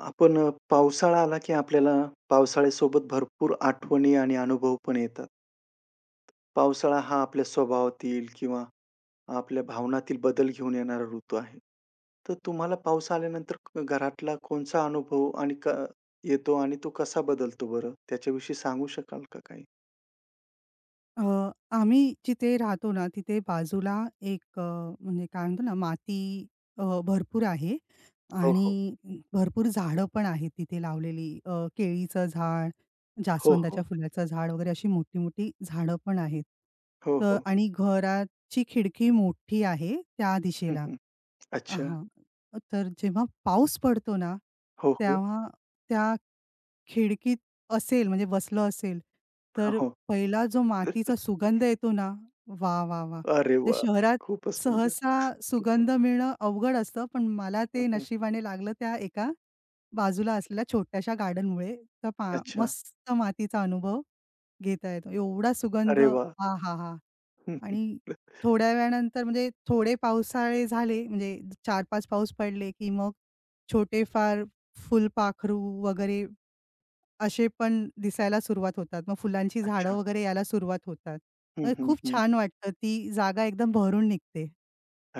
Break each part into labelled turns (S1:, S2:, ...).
S1: आपण पावसाळा आला की आपल्याला पावसाळ्यासोबत भरपूर आठवणी आणि अनुभव पण येतात. पावसाळा हा आपल्या स्वभावातील किंवा आपल्या भावनातील बदल घेऊन येणारा ऋतू आहे. तर तुम्हाला पाऊस आल्यानंतर घरातला कोणचा अनुभव आणि येतो आणि तो कसा बदलतो बरं? त्याच्याविषयी सांगू शकाल का काही?
S2: अ, आम्ही जिथे राहतो ना, तिथे बाजूला एक म्हणजे काय म्हणतो ना, माती भरपूर आहे
S1: हो, हो.
S2: आणि भरपूर झाडं पण आहेत तिथे लावलेली. केळीचं झाड,
S1: हो, हो.
S2: जास्वंदाच्या फुलाचं झाड वगैरे अशी मोठी-मोठी झाडं पण आहेत.
S1: हो,
S2: तर
S1: हो.
S2: आणि घराची खिडकी मोठी आहे त्या
S1: हं,
S2: दिशेला.
S1: हं. अच्छा.
S2: हां, तर जेव्हा पाऊस पडतो ना,
S1: हो, हो.
S2: तेव्हा त्या खिडकीत असेल म्हणजे बसलं असेल,
S1: हां,
S2: तर
S1: हो.
S2: पहिला जो मातीचा सुगंध येतो ना, वा, वा, वा.
S1: अरे
S2: जे
S1: वाह!
S2: शहरात
S1: खूपच सुंदर.
S2: सहसा सुगंध मिळणं अवघड असतं, पण मला
S1: हं,
S2: ते
S1: हं.
S2: नशिबाने लागलं त्या एका बाजूला असलेल्या छोट्याशा गार्डनमुळे. तर पहा
S1: अच्छा.
S2: मस्त मातीचा अनुभव घेता येतो. एवढा सुगंध
S1: अरे वाह!
S2: आहाहा!
S1: हं, हं.
S2: आणि थोड्या वेळानंतर म्हणजे थोडे पावसाळे झाले म्हणजे 4-5 पाऊस पडले, की मग छोटे फार फुलपाखरू वगैरे असे पण दिसायला सुरुवात होतात. मग फुलांची झाडं
S1: अच्छा.
S2: वगैरे यायला सुरुवात होतात.
S1: हं, हं,
S2: खूप
S1: हं.
S2: छान वाटतं. ती जागा एकदम भरून निघते.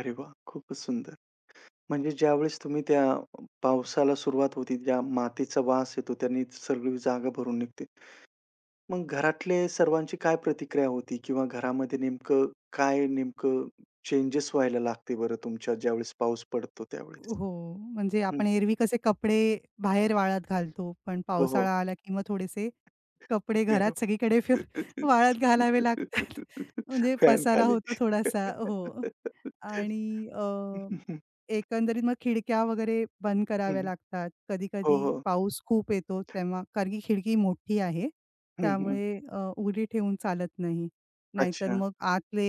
S1: अरे वाह! खूपच सुंदर. म्हणजे ज्यावेळेस तुम्ही त्या पावसाला सुरुवात होती, ज्या मातीचा वास येतो, त्याने सगळी जागा भरून निघते. मग घरातले सर्वांची काय प्रतिक्रिया होती किंवा घरामध्ये नेमकं काय नेमकं चेंजेस व्हायला लागते बरं तुमच्या ज्यावेळेस पाऊस पडतो त्यावेळेस?
S2: हो, म्हणजे
S1: हं.
S2: आपण एरवी कसे कपडे बाहेर वाळत घालतो, पण
S1: हो, हो.
S2: पावसाळा आला की मग थोडेसे कपडे
S1: गरम.
S2: घरात सगळीकडे वाळत घालावे लागतात. म्हणजे
S1: फॅन
S2: पसारा
S1: खाली.
S2: होतो थोडासा. हो. आणि एकंदरीत मग खिडक्या वगैरे बंद कराव्या
S1: हं,
S2: लागतात.
S1: हो,
S2: कधी-कधी
S1: हो.
S2: पाऊस खूप येतो तेव्हा, कारण की खिडकी मोठी आहे.
S1: हं, हं.
S2: त्यामुळे उघडी ठेवून चालत नाही. नाहीतर
S1: अच्छा.
S2: मग आतले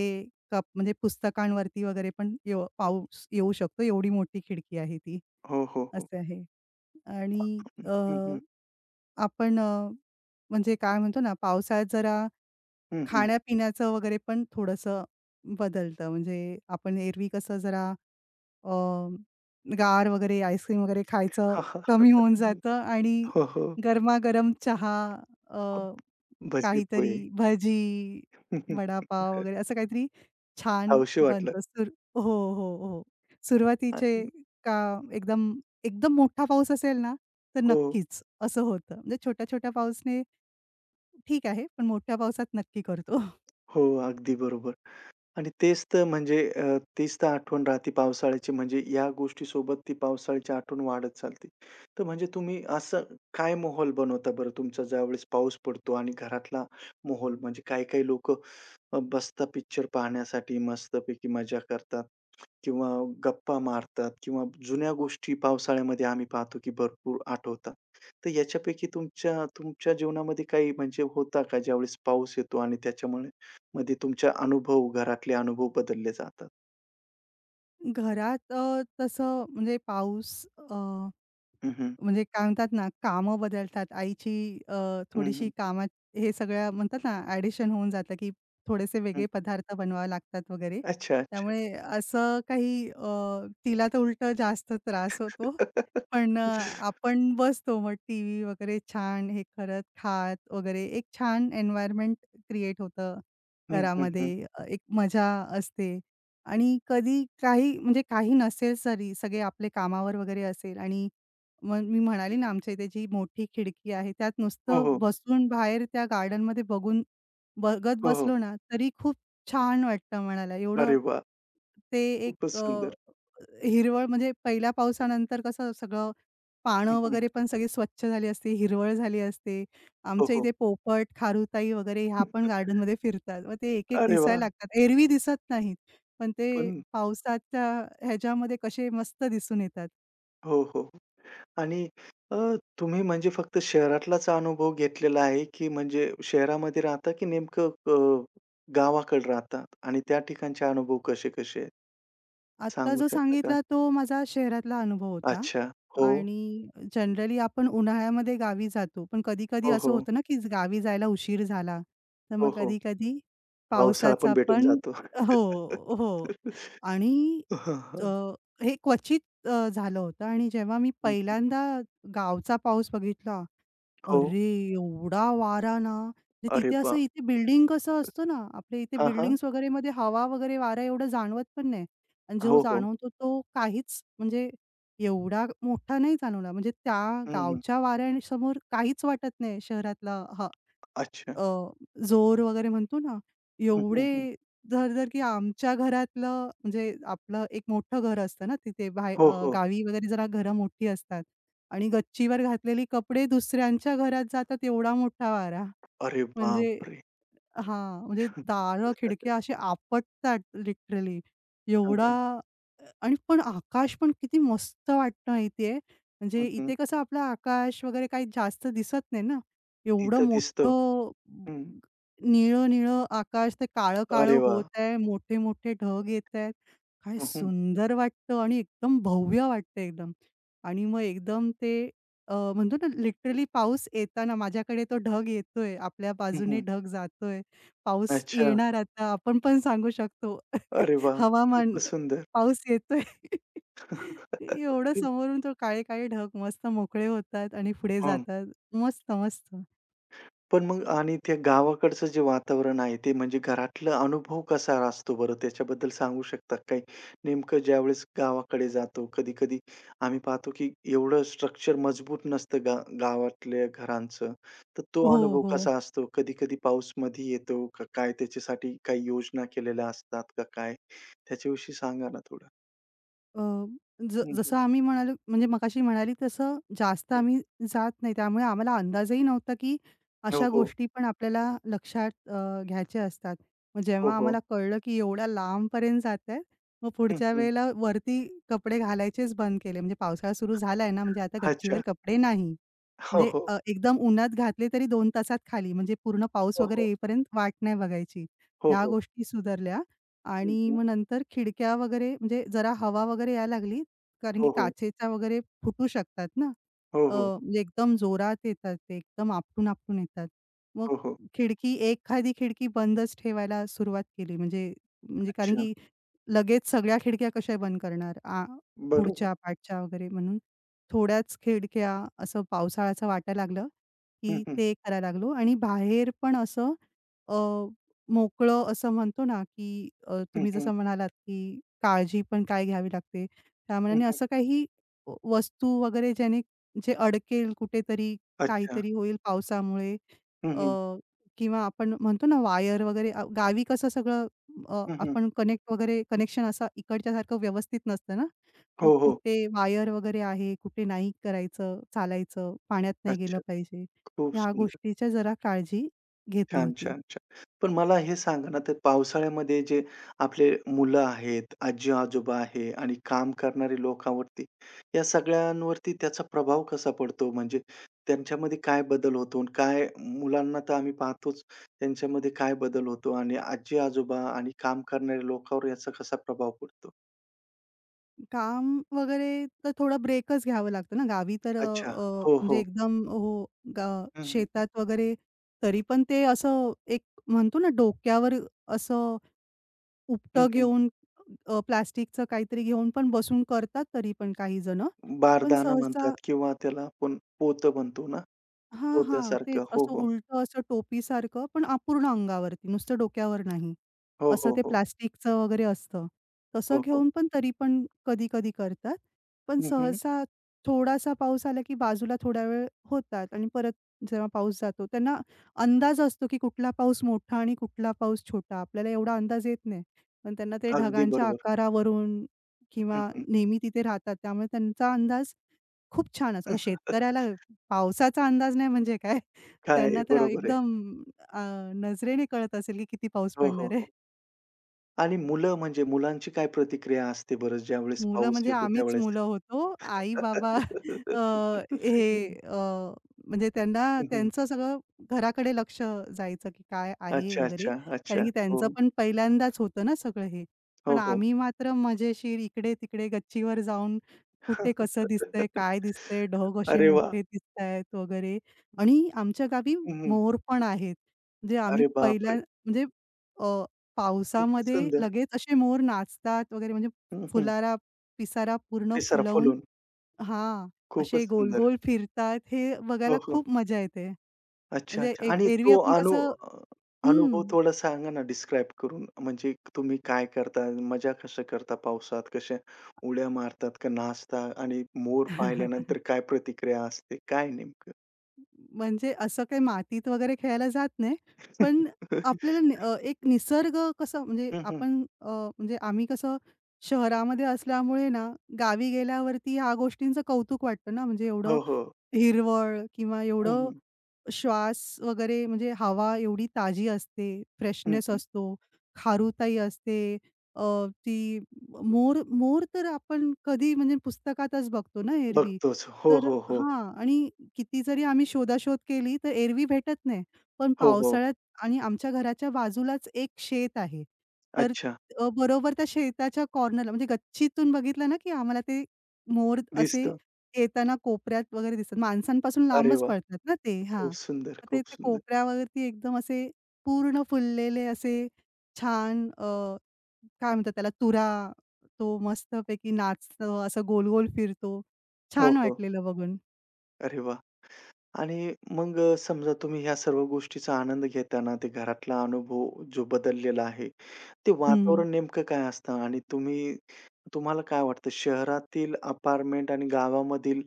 S2: कप म्हणजे पुस्तकांवरती वगैरे पण पाऊस येऊ शकतो. एवढी मोठी खिडकी आहे ती,
S1: हो, हो, हो.
S2: असं आहे. आणि
S1: हं, हं.
S2: आपण म्हणजे काय म्हणतो ना, पावसाळ्यात जरा
S1: हं, हं.
S2: खाण्यापिण्याचं वगैरे पण थोडंसं बदलतं. म्हणजे आपण एरवी कसं जरा अ, गार वगैरे आईस्क्रीम वगैरे खायचं
S1: हां, हां.
S2: कमी होऊन
S1: हं.
S2: जातं आणि
S1: हो, हो.
S2: गरमागरम चहा, अ,
S1: हो.
S2: काहीतरी
S1: भजी-पोळी.
S2: भजी, वडापाव वगैरे असं काहीतरी छान
S1: वाटलं.
S2: बनतं. हो, हो, हो. सुरुवातीचे
S1: आणि
S2: का एकदम एकदम मोठा पाऊस असेल ना, तर
S1: हो,
S2: नक्कीच असं होतं. म्हणजे छोट्या-छोट्या पाऊसने ठीक आहे, पण मोठ्या पावसात नक्की करतो.
S1: हो. अगदी बरोबर. आणि तेच तर म्हणजे तीच तर आठवण राहते पावसाळ्याची म्हणजे या गोष्टीसोबत ती पावसाळ्याची आठवण वाढत चालते. तर म्हणजे तुम्ही असं काय माहोल बनवता बरं तुमचा ज्यावेळेस पाऊस पडतो आणि घरातला माहोल म्हणजे काही-काही लोकं बसता पिक्चर पाहण्यासाठी मस्तपैकी मजा करतात. किंवा गप्पा मारतात किंवा जुन्या गोष्टी पावसाळ्यामध्ये आम्ही पाहतो की भरपूर आठवतात. तर याच्यापैकी तुमच्या तुमच्या जीवनामध्ये काही म्हणजे होता का ज्यावेळेस पाऊस येतो आणि त्याच्यामुळे मध्ये तुमच्या अनुभव, घरातले अनुभव बदलले जातात?
S2: घरात तसं म्हणजे पाऊस अ
S1: हं, हं.
S2: म्हणजे काय म्हणतात ना, कामं बदलतात. आईची
S1: हं,
S2: थोडीशी
S1: हं.
S2: कामात हे सगळ्या म्हणतात ना, ॲडिशन होऊन जातं, की थोडेसे
S1: हं.
S2: वेगळे पदार्थ बनवावे लागतात वगैरे.
S1: अच्छा, अच्छा.
S2: त्यामुळे असं काही तिला तर उलटं जास्त त्रास होतो, पण आपण बसतो मग टीव्ही वगैरे छान हे करत, खात वगैरे एक छान एन्व्हायर्नमेंट क्रिएट होतं
S1: हं, हं, हं.
S2: घरामध्ये. एक मजा असते आणि कधी काही म्हणजे काही नसेल तरी सगळे आपले कामावर वगैरे असेल, आणि मग मी म्हणाली ना, आमच्या इथे जी मोठी खिडकी आहे, त्यात
S1: हो,
S2: नुसतं
S1: हो.
S2: बसून बाहेर त्या गार्डनमध्ये बघून बघत
S1: हो, हो.
S2: बसलो ना, तरी खूप छान वाटतं मनाला.
S1: अरे
S2: एवढं
S1: वाह!
S2: ते एक
S1: खूपच सुंदर.
S2: हिरवळ म्हणजे पहिल्या पावसानंतर कसं सगळं
S1: हं,
S2: पानं
S1: हं.
S2: वगैरे पण सगळी स्वच्छ झाली असती, हिरवळ झाली असते.
S1: हो,
S2: आमच्या
S1: हो.
S2: इथे पोपट, खारुताई वगैरे ह्या पण गार्डनमध्ये फिरतात. मग ते एक-एक
S1: अरे वाह!
S2: दिसायला लागतात. एरवी दिसत नाहीत, पण ते
S1: पण
S2: पावसाच्या ह्याच्यामध्ये कसे मस्त दिसून येतात.
S1: हो, हो. आणि अ, तुम्ही म्हणजे फक्त शहरातलाच अनुभव घेतलेला आहे, की म्हणजे शहरामध्ये राहता, की नेमकं गावाकडे राहता आणि त्या ठिकाणचे अनुभव कसे-कसे आहेत?
S2: आत्ता
S1: सांगू
S2: जो
S1: शकता का?
S2: सांगितला तो माझा शहरातला अनुभव होता,
S1: अच्छा. हो.
S2: आणि जनरली आपण उन्हाळ्यामध्ये गावी जातो. पण कधी-कधी
S1: हो,
S2: असं
S1: हो.
S2: होतं ना, की गावी जायला उशीर झाला, तर
S1: हो,
S2: मग
S1: हो.
S2: कधी-कधी
S1: पावसाळा पण
S2: पावसाचा
S1: भेटून
S2: पण,
S1: जातो.
S2: हो, हो. आणि
S1: हां,
S2: अ,
S1: हां.
S2: हे क्वचित झालं होतं आणि जेव्हा मी
S1: हं, हं.
S2: पहिल्यांदा गावचा पाऊस बघितला,
S1: हो.
S2: अरे! एवढा वारा ना, म्हणजे
S1: अरे
S2: तिथे असं,
S1: वाह!
S2: इथे बिल्डिंग कसं असतं ना, आपल्या इथे
S1: हां, हां.
S2: बिल्डिंग्स वगैरेमध्ये हवा वगैरे वारा एवढं जाणवत पण नाही, आणि जो
S1: हो, हो.
S2: जाणवतो तो काहीच म्हणजे एवढा मोठा नाही जाणवला. म्हणजे त्या
S1: हं, हं.
S2: गावच्या वाऱ्यासमोर काहीच वाटत नाही शहरातला
S1: अच्छा.
S2: अ, जोर वगैरे म्हणतो ना,
S1: हं, हं,
S2: एवढे
S1: हं.
S2: धड-धड, की आमच्या घरातलं म्हणजे आपलं एक मोठं घर असतं ना, तिथे
S1: हो, हो.
S2: गावी वगैरे जरा घरं मोठी असतात आणि गच्चीवर घातलेले कपडे दुसऱ्यांच्या घरात जातात, एवढा मोठा वारा.
S1: अरे
S2: म्हणजे
S1: बापरे!
S2: हां, म्हणजे दारं, खिडक्या अशी आपटतात लिटरली.
S1: हं,
S2: एवढा,
S1: हं.
S2: आणि पण आकाश पण किती मस्त वाटतं माहितीये. म्हणजे
S1: हं, हं.
S2: इथे कसं आपलं आकाश वगैरे काही जास्त दिसत नाही ना. एवढं
S1: तिथं दिसतं.
S2: मोठं
S1: हं.
S2: निळं-निळं आकाश ते
S1: अरे
S2: काळं-काळं
S1: वाह!
S2: होत आहे. मोठे-मोठे ढग येतायत. काय
S1: हं, हं.
S2: सुंदर वाटतं आणि एकदम भव्य वाटतं एकदम. आणि मग एकदम ते म्हणतो ना लिटरली, पाऊस येताना माझ्याकडे तो ढग येतोय, आपल्या
S1: हं,
S2: बाजूने
S1: हं.
S2: ढग जातोय. पाऊस
S1: अच्छा.
S2: येणार आता आपण पण सांगू शकतो.
S1: अरे वाह!
S2: हवामान,
S1: खूपच सुंदर.
S2: पाऊस येतोय. एवढं समोरून तो काळे-काळे ढग मस्त मोकळे होतात आणि पुढे
S1: हं.
S2: जातात. मस्त, मस्त.
S1: पण मग आणि त्या गावाकडचं जे वातावरण आहे, ते म्हणजे घरातला अनुभव कसा असतो बरं? त्याच्याबद्दल सांगू शकता काही? नेमकं ज्यावेळेस गावाकडे जातो, कधी-कधी आम्ही पाहतो, की एवढं स्ट्रक्चर मजबूत नसतं गावातल्या घरांचं. तर तो
S2: हो,
S1: अनुभव
S2: हो.
S1: कसा असतो? कधी-कधी पाऊस मधी येतो का काय? त्याच्यासाठी काही योजना केलेल्या असतात का काय? त्याच्याविषयी सांगा ना थोडं?
S2: अ,
S1: हं, हं,
S2: जसं आम्ही म्हणालो, म्हणजे मगाशी म्हणाली तसं जास्त
S1: हं.
S2: आम्ही जात नाही. त्यामुळे आम्हाला अंदाजही नव्हता, की
S1: हो,
S2: अशा
S1: हो.
S2: गोष्टी पण आपल्याला लक्षात घ्यायच्या असतात. मग
S1: हो,
S2: जेव्हा
S1: हो.
S2: आम्हाला कळलं, की एवढ्या लांबपर्यंत जातायत, मग
S1: हं,
S2: पुढच्या
S1: हं.
S2: वेळेला वरती कपडे घालायचेच बंद केले. म्हणजे पावसाळा सुरू झालाय ना, म्हणजे आता
S1: अच्छा.
S2: गच्चीवर कपडे नाही.
S1: हो,
S2: म्हणजे
S1: हो.
S2: एकदम उन्हात घातले तरी 2 तासात खाली म्हणजे पूर्ण पाऊस
S1: हो,
S2: वगैरे
S1: हो.
S2: येईपर्यंत वाट नाही बघायची.
S1: हो,
S2: ह्या
S1: हो.
S2: गोष्टी सुधारल्या,
S1: हं,
S2: आणि
S1: हं.
S2: मग नंतर खिडक्या वगैरे म्हणजे जरा हवा वगैरे यायला लागली, कारण
S1: हो,
S2: की
S1: हो.
S2: काचेच्या वगैरे फुटू शकतात ना.
S1: हो,
S2: अ,
S1: हो.
S2: म्हणजे एकदम जोरात येतात ते, एकदम आपटून-आपटून येतात. मग
S1: हो, हो.
S2: एखादी खिडकी बंदच ठेवायला सुरुवात केली म्हणजे, म्हणजे कारण
S1: अच्छा.
S2: की लगेच सगळ्या खिडक्या कशा बंद करणार?
S1: बरोबर.
S2: पुढच्या, पाठच्या वगैरे म्हणून थोड्याच खिडक्या असं पावसाळ्याचं वाटायला लागलं,
S1: हं,
S2: की
S1: हं.
S2: ते करायला लागलो, आणि बाहेर पण असं अ, मोकळं असं म्हणतो ना, की
S1: हं,
S2: तुम्ही
S1: हं.
S2: जसं म्हणालात, की काळजी पण काय घ्यावी लागते. त्या
S1: हं,
S2: मानाने
S1: हं.
S2: असं काही वस्तू वगैरे ज्याने, जे अडकेल कुठेतरी,
S1: अच्छा.
S2: काहीतरी होईल पावसामुळे,
S1: हं, हं.
S2: अ, किंवा आपण म्हणतो ना वायर वगैरे, गावी कसं सगळं
S1: हं, हं.
S2: आपण कनेक्ट वगैरे कनेक्शन असं इकडच्यासारखं व्यवस्थित नसतं ना. मग
S1: हो, हो.
S2: कुठे वायर वगैरे आहे, कुठे नाही, करायचं, चालायचं, पाण्यात नाही गेलं
S1: अच्छा.
S2: पाहिजे.
S1: खूप
S2: ह्या
S1: सुंदर.
S2: गोष्टीच्या जरा काळजी घेतली
S1: छान,
S2: होती.
S1: छान, छान. पण मला हे सांगा ना, ते पावसाळ्यामध्ये जे आपले मुलं आहेत, आजी-आजोबा आहे आणि काम करणारे लोकांवरती, या सगळ्यांवरती त्याचा प्रभाव कसा पडतो? म्हणजे त्यांच्यामध्ये काय बदल होतो? आणि काय मुलांना तर आम्ही पाहतोच, त्यांच्यामध्ये काय बदल होतो? आणि आजी-आजोबा आणि काम करणाऱ्या लोकांवर याचा कसा प्रभाव पडतो?
S2: काम वगैरे तर थोडा ब्रेकच घ्यावं लागतं ना. गावी तर अ,
S1: अच्छा.
S2: अ,
S1: हो,
S2: म्हणजे
S1: हो.
S2: एकदम, हो, गा
S1: हं, हं.
S2: शेतात वगैरे तरी पण ते असं एक म्हणतो ना डोक्यावर असं उपटं
S1: हं,
S2: घेऊन, प्लास्टिकचं काहीतरी घेऊन पण बसून करतात तरी पण काही जणं. पण
S1: बारदाना
S2: सहसा
S1: म्हणतात किंवा त्याला आपण पोतं म्हणतो ना,
S2: हां, हां. तेच
S1: पोत्यासारखं. हो,
S2: असं
S1: हो.
S2: उलटं असं टोपीसारखं पण अपूर्ण अंगावरती, नुसतं डोक्यावर नाही.
S1: हो,
S2: असं
S1: हो,
S2: ते
S1: हो.
S2: प्लास्टिकचं वगैरे असतं. तसं
S1: हो, हो.
S2: घेऊन पण तरी पण कधी-कधी करतात. पण
S1: हं, हं.
S2: सहसा थोडासा पाऊस आला की बाजूला थोडा वेळ होतात आणि परत जेव्हा पाऊस जातो, त्यांना अंदाज असतो की कुठला पाऊस मोठा आणि कुठला पाऊस छोटा. आपल्याला एवढा अंदाज येत नाही. पण त्यांना ते
S1: अगदी
S2: ढगांच्या
S1: बरोबर.
S2: आकारावरून
S1: हं,
S2: किंवा
S1: हं.
S2: नेहमी तिथे राहतात, त्यामुळे त्यांचा अंदाज खूप छानच. आता शेतकऱ्याला पावसाचा अंदाज नाही म्हणजे काय?
S1: काय
S2: त्यांना तर
S1: बरोबर आहे.
S2: एकदम अ, नजरेने कळत असेल की किती पाऊस
S1: हो, हो,
S2: पडणार आहे.
S1: हो. आणि मुलं म्हणजे मुलांची काय प्रतिक्रिया असते बरं ज्यावेळेस
S2: मुलं
S1: पाऊस
S2: म्हणजे
S1: येतो
S2: आम्हीच
S1: त्यावेळेस?
S2: मुलं होतो. आई-बाबा अ, हे अ, म्हणजे त्यांना
S1: हं, हं.
S2: त्यांचं सगळं घराकडे लक्ष जायचं, की काय आहे
S1: अच्छा,
S2: वगैरे.
S1: अच्छा, अच्छा.
S2: कारण की
S1: हो,
S2: त्यांचं पण पहिल्यांदाच होतं ना सगळं हे.
S1: हो,
S2: पण
S1: हो.
S2: आम्ही मात्र मजेशीर इकडे-तिकडे गच्चीवर जाऊन कुठे कसं दिसतंय, काय दिसतंय, ढग असे
S1: अरे वाह!
S2: मोठे दिसतायत वगैरे. आणि आमच्या गावी
S1: हं, हं.
S2: मोर पण आहेत. म्हणजे आम्ही
S1: अरे
S2: पहिल्या
S1: बापरे!
S2: म्हणजे अ,
S1: खूपच
S2: पावसामध्ये
S1: सुंदर.
S2: लगेच असे मोर नाचतात वगैरे, म्हणजे
S1: हं, हं.
S2: फुलारा पिसारा पूर्ण
S1: ते
S2: फुलवून
S1: सरपवलून.
S2: हां, असे
S1: खूपच सुंदर.
S2: गोल-गोल फिरतात, हे
S1: हो,
S2: बघायला
S1: हो.
S2: खूप मजा येते.
S1: अच्छा,
S2: म्हणजे
S1: अच्छा. आणि
S2: एरवी
S1: तो
S2: आपण कसं,
S1: अ, अनुभव
S2: हं.
S1: थोडा सांगा ना डिस्क्राईब करून? म्हणजे तुम्ही काय करता? मजा कशा करता पावसात? कशा उड्या मारतात का नाचता? आणि मोर पाहिल्यानंतर काय प्रतिक्रिया असते? काय नेमकं?
S2: म्हणजे असं काही मातीत वगैरे खेळायला जात नाही. पण आपल्याला एक निसर्ग कसं म्हणजे
S1: हं, हं.
S2: आपण, म्हणजे आम्ही कसं शहरामध्ये असल्यामुळे ना, गावी गेल्यावरती ह्या गोष्टींचं कौतुक वाटतं ना, म्हणजे एवढं
S1: हो, हो.
S2: हिरवळ किंवा
S1: हं,
S2: एवढं
S1: हं.
S2: श्वास वगैरे म्हणजे हवा एवढी ताजी असते, फ्रेशनेस
S1: हं,
S2: असतो, खारुताई असते. अ, ती मोर मोर तर आपण कधी म्हणजे पुस्तकातच बघतो ना एरवी.
S1: बघतोच. हो,
S2: तर
S1: हो, हो.
S2: हां, आणि किती जरी आम्ही शोधाशोध केली तर एरवी भेटत नाही. पण
S1: हो, हो.
S2: पावसाळ्यात, आणि आमच्या घराच्या बाजूलाच एक शेत आहे. तर
S1: अच्छा.
S2: बरोबर त्या शेताच्या कॉर्नरला म्हणजे गच्चीतून बघितलं ना, की आम्हाला ते मोर असे
S1: दिसतं.
S2: ते येताना कोपऱ्यात वगैरे दिसतात. माणसांपासून
S1: अरे
S2: लांबच
S1: वाह!
S2: पडतात ना ते.
S1: खूप
S2: हां.
S1: सुंदर,
S2: मग ते
S1: खूप
S2: ते
S1: सुंदर.
S2: कोपऱ्यावरती एकदम असे पूर्ण फुललेले असे छान, काय म्हणतात त्याला, तुरा, तो मस्तपैकी नाचतो, असं गोल-गोल फिरतो.
S1: हो,
S2: छान
S1: हो.
S2: वाटलेलं बघून.
S1: अरे वाह! आणि मग समजा तुम्ही ह्या सर्व गोष्टीचा आनंद घेताना ते घरातला अनुभव जो बदललेला आहे, ते
S2: हं.
S1: वातावरण नेमकं काय असतं आणि तुम्ही तुम्हाला काय वाटतं शहरातील अपार्टमेंट आणि गावामधील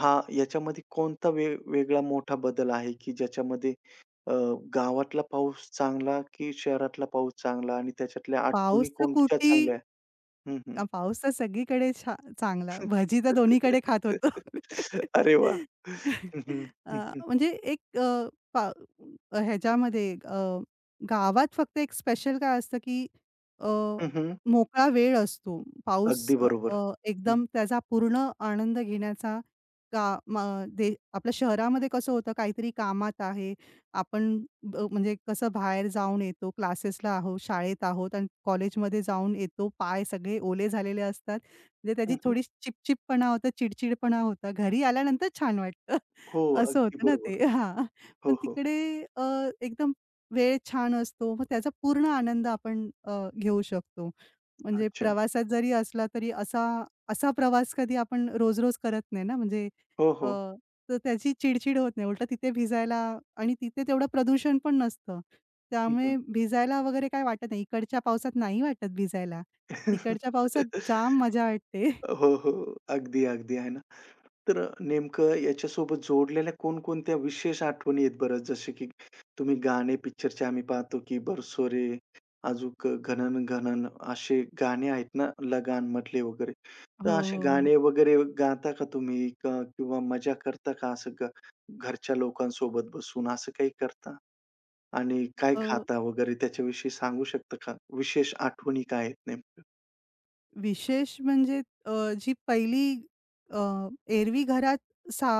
S1: हा याच्यामध्ये कोणता वेगळा मोठा बदल आहे, की ज्याच्यामध्ये अ, गावातला पाऊस चांगला की शहरातला पाऊस चांगला आणि त्याच्यातल्या आठवणी
S2: पाऊस तर
S1: कोणत्या
S2: कुठेही,
S1: चांगल्या आहे? हं, हं.
S2: पाऊस तर सगळीकडे चांगला. भजी तर दोन्हीकडे खात होतो.
S1: अरे वाह! हं, हं.
S2: अ,
S1: हं, हं.
S2: म्हणजे एक अ, पा ह्याच्यामध्ये गावात फक्त एक स्पेशल काय असतं, की अ,
S1: हं, हं.
S2: मोकळा वेळ असतो. पाऊस
S1: अगदी
S2: अ,
S1: बरोबर.
S2: अ, एकदम त्याचा पूर्ण आनंद घेण्याचा का म दे आपल्या शहरामध्ये कसं होतं, काहीतरी कामात आहे आपण, म्हणजे कसं बाहेर जाऊन येतो, क्लासेसला आहोत, शाळेत आहोत आणि कॉलेजमध्ये जाऊन येतो. पाय सगळे ओले झालेले असतात. म्हणजे त्याची
S1: हं, हं.
S2: थोडी चिपचिपपणा होता, चिडचिडपणा होता. घरी आल्यानंतर छान वाटतं.
S1: हो,
S2: असं
S1: अगदी
S2: होतं ना
S1: बरोबर.
S2: ते. हां.
S1: हो,
S2: पण
S1: हो.
S2: तिकडे अ, एकदम वेळ छान असतो. मग त्याचा पूर्ण आनंद आपण घेऊ शकतो. म्हणजे
S1: अच्छा.
S2: प्रवासात जरी असला तरी असा, प्रवास कधी आपण रोज-रोज करत नाही ना. म्हणजे
S1: हो, हो.
S2: तर त्याची चिडचिड होत नाही. उलटं तिथे भिजायला, आणि तिथे तेवढं प्रदूषण पण नसतं.
S1: हं, हं.
S2: त्यामुळे भिजायला वगैरे काही वाटत नाही. इकडच्या पावसात नाही वाटत भिजायला. तिकडच्या पावसात जाम मजा वाटते.
S1: हो, हो. अगदी, अगदी आहे ना. तर नेमकं याच्यासोबत जोडलेल्या कोणकोणत्या विशेष आठवणी आहेत बरं? जसे की तुम्ही गाणे पिक्चरचे आम्ही पाहतो की बरसोरे, अजूक घनन घनन असे गाणे आहेत ना, लगान मधले वगैरे. तर
S2: हो,
S1: असे
S2: हो, हो.
S1: गाणे वगैरे गाता का तुम्ही? का किंवा मजा करता का असं घरच्या लोकांसोबत बसून असं काही करता? आणि काय
S2: अ
S1: खाता वगैरे त्याच्याविषयी सांगू शकता का? विशेष आठवणी काय आहेत नेमक्या?
S2: विशेष म्हणजे, अ, जी पहिली अ, एरवी घरात सा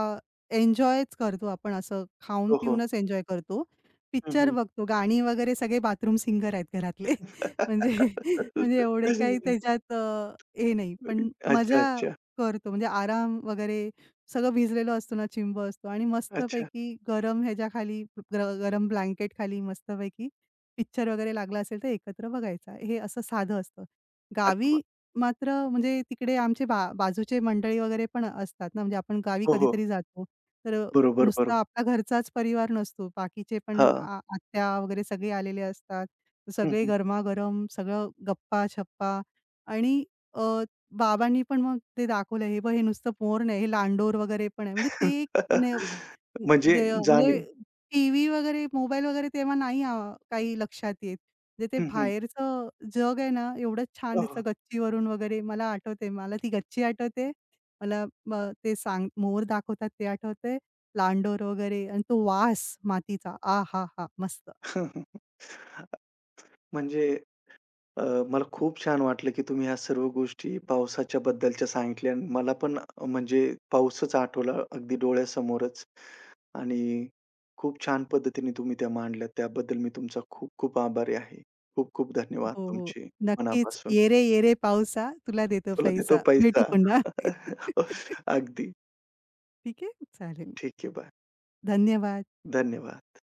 S2: एन्जॉयच करतो आपण, असं खाऊन
S1: हो, हो.
S2: पिऊनच एन्जॉय करतो.
S1: हं,
S2: पिक्चर
S1: हं.
S2: बघतो, गाणी वगैरे, सगळे बाथरूम सिंगर आहेत घरातले. म्हणजे म्हणजे एवढे काही त्याच्यात हे नाही. पण
S1: अच्छा,
S2: मजा
S1: अच्छा.
S2: करतो, म्हणजे आराम वगैरे, सगळं भिजलेलं असतो ना, चिंब असतो आणि
S1: अच्छा.
S2: मस्तपैकी गरम ह्याच्याखाली, ग गरम ब्लँकेटखाली मस्तपैकी पिक्चर वगैरे लागला असेल तर एकत्र बघायचा. हे असं साधं असतं.
S1: अरे वाह!
S2: गावी मात्र म्हणजे तिकडे आमचे बाजूचे मंडळी वगैरे पण असतात ना, म्हणजे आपण गावी
S1: हो, हो.
S2: कधीतरी जातो. तर
S1: बरोबर, बरोबर.
S2: नुसता आपला घरचाच परिवार नसतो. बाकीचे पण
S1: हां.
S2: आत्या वगैरे सगळे आलेले असतात.
S1: हं,
S2: सगळे
S1: हं.
S2: गरमागरम सगळं गप्पा-शप्पा, आणि अ, बाबांनी पण मग ते दाखवलं, "हे बघ हे नुसतं मोर नाही, हे लांडोर वगैरे पण आहे." म्हणजे ते एक अं,
S1: म्हणजे
S2: दे
S1: जाणीव.
S2: म्हणजे टीव्ही वगैरे, मोबाईल वगैरे तेव्हा नाही, काही लक्षात येत. म्हणजे ते
S1: हं, हं.
S2: बाहेरचं जग आहे ना, एवढं छान
S1: हो, हो.
S2: दिसतं गच्चीवरून वगैरे. मला आठवते, मला ती गच्ची आठवते. मला म ते सांग मोर दाखवतात ते आठवतंय, लांडोर वगैरे, आणि तो वास मातीचा, आहाहा! मस्त.
S1: हं, हं. म्हणजे अ, मला खूप छान वाटलं, की तुम्ही ह्या सर्व गोष्टी पावसाच्या बद्दलच्या सांगितल्या आणि मला पण म्हणजे पाऊसच आठवला अगदी डोळ्यासमोरच. आणि खूप छान पद्धतीने तुम्ही त्या मांडल्यात. त्याबद्दल मी तुमचा खूप-खूप आभारी आहे. खूप-खूप धन्यवाद
S2: हो, हो.
S1: तुमचे
S2: नक्कीच.
S1: मनापासून.
S2: "ये रे, ये रे पावसा, तुला देतो
S1: तुला देतो
S2: पैसा."
S1: पैसा.
S2: भेटू पुन्हा.
S1: अगदी.
S2: ठीक आहे? चालेल.
S1: ठीक आहे. बाय.
S2: धन्यवाद.
S1: धन्यवाद.